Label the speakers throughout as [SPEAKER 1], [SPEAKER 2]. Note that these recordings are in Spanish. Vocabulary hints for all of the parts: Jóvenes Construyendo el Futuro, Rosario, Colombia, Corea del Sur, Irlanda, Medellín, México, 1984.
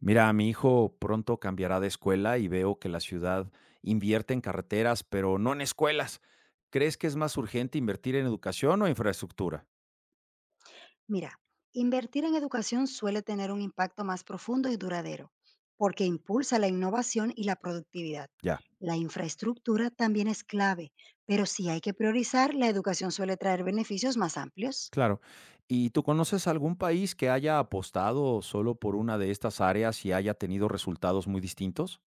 [SPEAKER 1] Mira, mi hijo pronto cambiará de escuela y veo que la ciudad invierte en carreteras, pero no en escuelas. ¿Crees que es más urgente invertir en educación o infraestructura?
[SPEAKER 2] Mira, invertir en educación suele tener un impacto más profundo y duradero, porque impulsa la innovación y la productividad.
[SPEAKER 1] Ya,
[SPEAKER 2] La infraestructura también es clave, pero si hay que priorizar, la educación suele traer beneficios más amplios,
[SPEAKER 1] claro. ¿Y tú conoces algún país que haya apostado solo por una de estas áreas y haya tenido resultados muy distintos?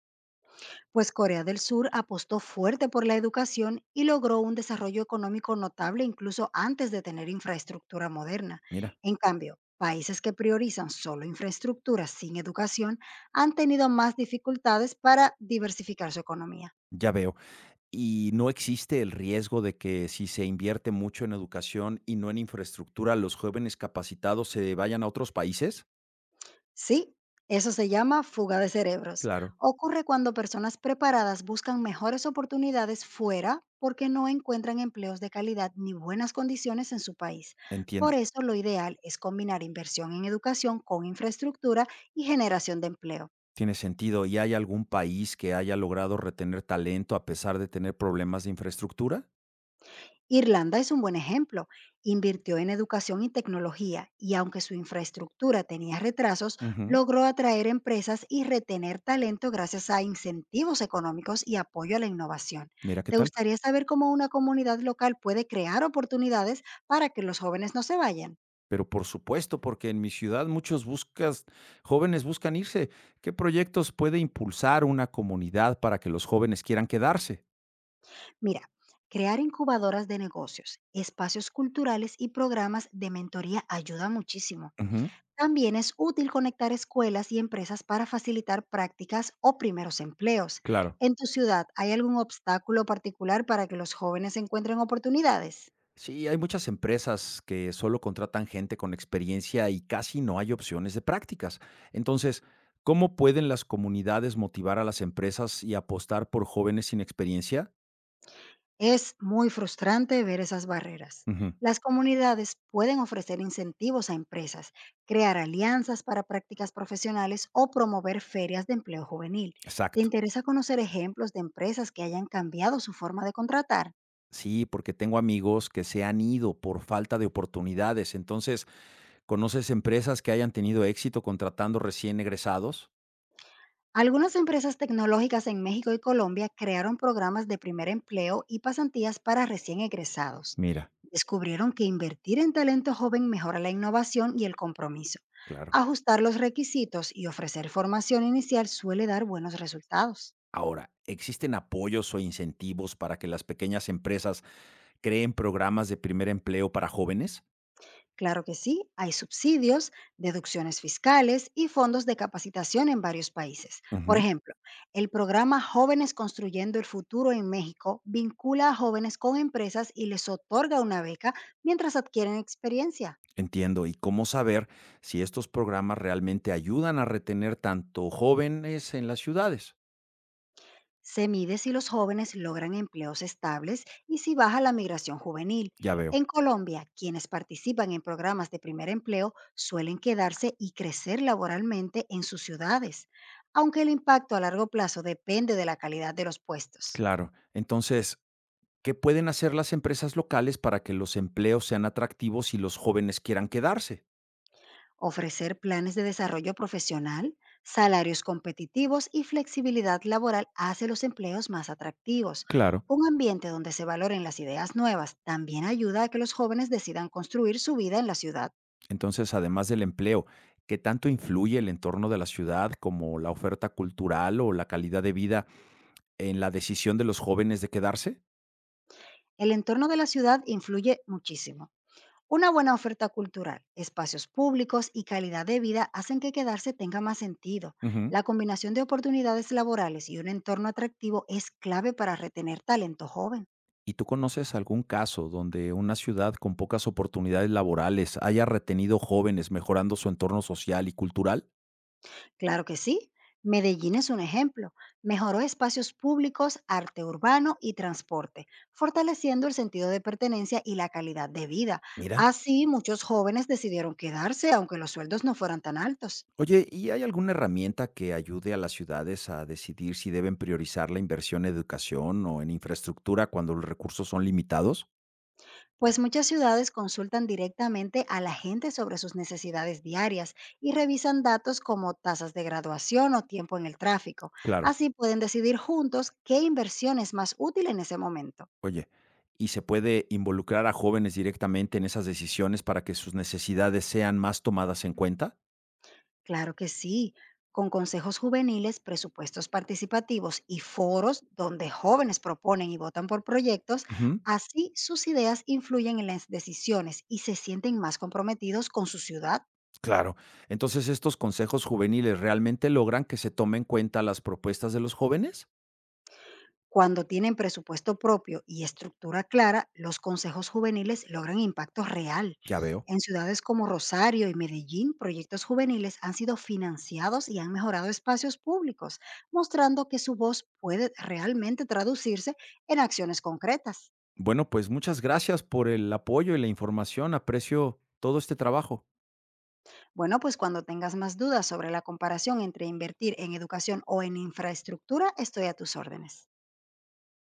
[SPEAKER 2] pues Corea del Sur apostó fuerte por la educación y logró un desarrollo económico notable incluso antes de tener infraestructura moderna.
[SPEAKER 1] Mira,
[SPEAKER 2] En cambio, países que priorizan solo infraestructura sin educación han tenido más dificultades para diversificar su economía.
[SPEAKER 1] ya veo. ¿Y no existe el riesgo de que si se invierte mucho en educación y no en infraestructura, los jóvenes capacitados se vayan a otros países?
[SPEAKER 2] Sí, eso se llama fuga de cerebros.
[SPEAKER 1] Claro,
[SPEAKER 2] Ocurre cuando personas preparadas buscan mejores oportunidades fuera porque no encuentran empleos de calidad ni buenas condiciones en su país.
[SPEAKER 1] entiendo.
[SPEAKER 2] Por eso lo ideal es combinar inversión en educación con infraestructura y generación de empleo.
[SPEAKER 1] Tiene sentido. ¿Y hay algún país que haya logrado retener talento a pesar de tener problemas de infraestructura?
[SPEAKER 2] Irlanda es un buen ejemplo. Invirtió en educación y tecnología y aunque su infraestructura tenía retrasos,
[SPEAKER 1] Ujú,
[SPEAKER 2] logró atraer empresas y retener talento gracias a incentivos económicos y apoyo a la innovación.
[SPEAKER 1] mira qué
[SPEAKER 2] ¿Te
[SPEAKER 1] tal.
[SPEAKER 2] gustaría saber cómo una comunidad local puede crear oportunidades para que los jóvenes no se vayan?
[SPEAKER 1] Pero por supuesto, porque en mi ciudad jóvenes buscan irse. ¿Qué proyectos puede impulsar una comunidad para que los jóvenes quieran quedarse?
[SPEAKER 2] Mira, crear incubadoras de negocios, espacios culturales y programas de mentoría ayuda muchísimo.
[SPEAKER 1] Ujú,
[SPEAKER 2] También es útil conectar escuelas y empresas para facilitar prácticas o primeros empleos.
[SPEAKER 1] claro.
[SPEAKER 2] ¿En tu ciudad hay algún obstáculo particular para que los jóvenes encuentren oportunidades?
[SPEAKER 1] Sí, hay muchas empresas que solo contratan gente con experiencia y casi no hay opciones de prácticas. Entonces, ¿cómo pueden las comunidades motivar a las empresas y apostar por jóvenes sin experiencia?
[SPEAKER 2] Es muy frustrante ver esas barreras.
[SPEAKER 1] Ujú,
[SPEAKER 2] Las comunidades pueden ofrecer incentivos a empresas, crear alianzas para prácticas profesionales o promover ferias de empleo juvenil. ¿Te
[SPEAKER 1] exacto.
[SPEAKER 2] interesa conocer ejemplos de empresas que hayan cambiado su forma de contratar?
[SPEAKER 1] Sí, porque tengo amigos que se han ido por falta de oportunidades. Entonces, ¿conoces empresas que hayan tenido éxito contratando recién egresados?
[SPEAKER 2] Algunas empresas tecnológicas en México y Colombia crearon programas de primer empleo y pasantías para recién egresados.
[SPEAKER 1] Mira,
[SPEAKER 2] Descubrieron que invertir en talento joven mejora la innovación y el compromiso.
[SPEAKER 1] claro.
[SPEAKER 2] Ajustar los requisitos y ofrecer formación inicial suele dar buenos resultados.
[SPEAKER 1] Ahora, ¿existen apoyos o incentivos para que las pequeñas empresas creen programas de primer empleo para jóvenes?
[SPEAKER 2] Claro que sí, hay subsidios, deducciones fiscales y fondos de capacitación en varios países. Por
[SPEAKER 1] Ujú.
[SPEAKER 2] ejemplo, el programa Jóvenes Construyendo el Futuro en México vincula a jóvenes con empresas y les otorga una beca mientras adquieren experiencia.
[SPEAKER 1] Entiendo. ¿Y cómo saber si estos programas realmente ayudan a retener tanto jóvenes en las ciudades?
[SPEAKER 2] Se mide si los jóvenes logran empleos estables y si baja la migración juvenil.
[SPEAKER 1] Ya veo.
[SPEAKER 2] En Colombia, quienes participan en programas de primer empleo suelen quedarse y crecer laboralmente en sus ciudades, aunque el impacto a largo plazo depende de la calidad de los puestos.
[SPEAKER 1] Claro. Entonces, ¿qué pueden hacer las empresas locales para que los empleos sean atractivos y los jóvenes quieran quedarse?
[SPEAKER 2] Ofrecer planes de desarrollo profesional, salarios competitivos y flexibilidad laboral hace los empleos más atractivos.
[SPEAKER 1] Claro.
[SPEAKER 2] Un ambiente donde se valoren las ideas nuevas también ayuda a que los jóvenes decidan construir su vida en la ciudad.
[SPEAKER 1] Entonces, además del empleo, ¿qué tanto influye el entorno de la ciudad, como la oferta cultural o la calidad de vida, en la decisión de los jóvenes de quedarse?
[SPEAKER 2] El entorno de la ciudad influye muchísimo. Una buena oferta cultural, espacios públicos y calidad de vida hacen que quedarse tenga más sentido.
[SPEAKER 1] Ujú.
[SPEAKER 2] La combinación de oportunidades laborales y un entorno atractivo es clave para retener talento joven.
[SPEAKER 1] ¿Y tú conoces algún caso donde una ciudad con pocas oportunidades laborales haya retenido jóvenes mejorando su entorno social y cultural?
[SPEAKER 2] Claro que sí. Medellín es un ejemplo. Mejoró espacios públicos, arte urbano y transporte, fortaleciendo el sentido de pertenencia y la calidad de vida.
[SPEAKER 1] Mira.
[SPEAKER 2] Así, muchos jóvenes decidieron quedarse aunque los sueldos no fueran tan altos.
[SPEAKER 1] Oye, ¿y hay alguna herramienta que ayude a las ciudades a decidir si deben priorizar la inversión en educación o en infraestructura cuando los recursos son limitados?
[SPEAKER 2] Pues muchas ciudades consultan directamente a la gente sobre sus necesidades diarias y revisan datos como tasas de graduación o tiempo en el tráfico.
[SPEAKER 1] Claro.
[SPEAKER 2] Así pueden decidir juntos qué inversión es más útil en ese momento.
[SPEAKER 1] Oye, ¿y se puede involucrar a jóvenes directamente en esas decisiones para que sus necesidades sean más tomadas en cuenta?
[SPEAKER 2] Claro que sí, con consejos juveniles, presupuestos participativos y foros donde jóvenes proponen y votan por proyectos,
[SPEAKER 1] Ujú.
[SPEAKER 2] así sus ideas influyen en las decisiones y se sienten más comprometidos con su ciudad.
[SPEAKER 1] Claro. Entonces, ¿estos consejos juveniles realmente logran que se tomen en cuenta las propuestas de los jóvenes?
[SPEAKER 2] Cuando tienen presupuesto propio y estructura clara, los consejos juveniles logran impacto real.
[SPEAKER 1] Ya veo.
[SPEAKER 2] En ciudades como Rosario y Medellín, proyectos juveniles han sido financiados y han mejorado espacios públicos, mostrando que su voz puede realmente traducirse en acciones concretas.
[SPEAKER 1] Bueno, pues muchas gracias por el apoyo y la información. Aprecio todo este trabajo.
[SPEAKER 2] Bueno, pues cuando tengas más dudas sobre la comparación entre invertir en educación o en infraestructura, estoy a tus órdenes.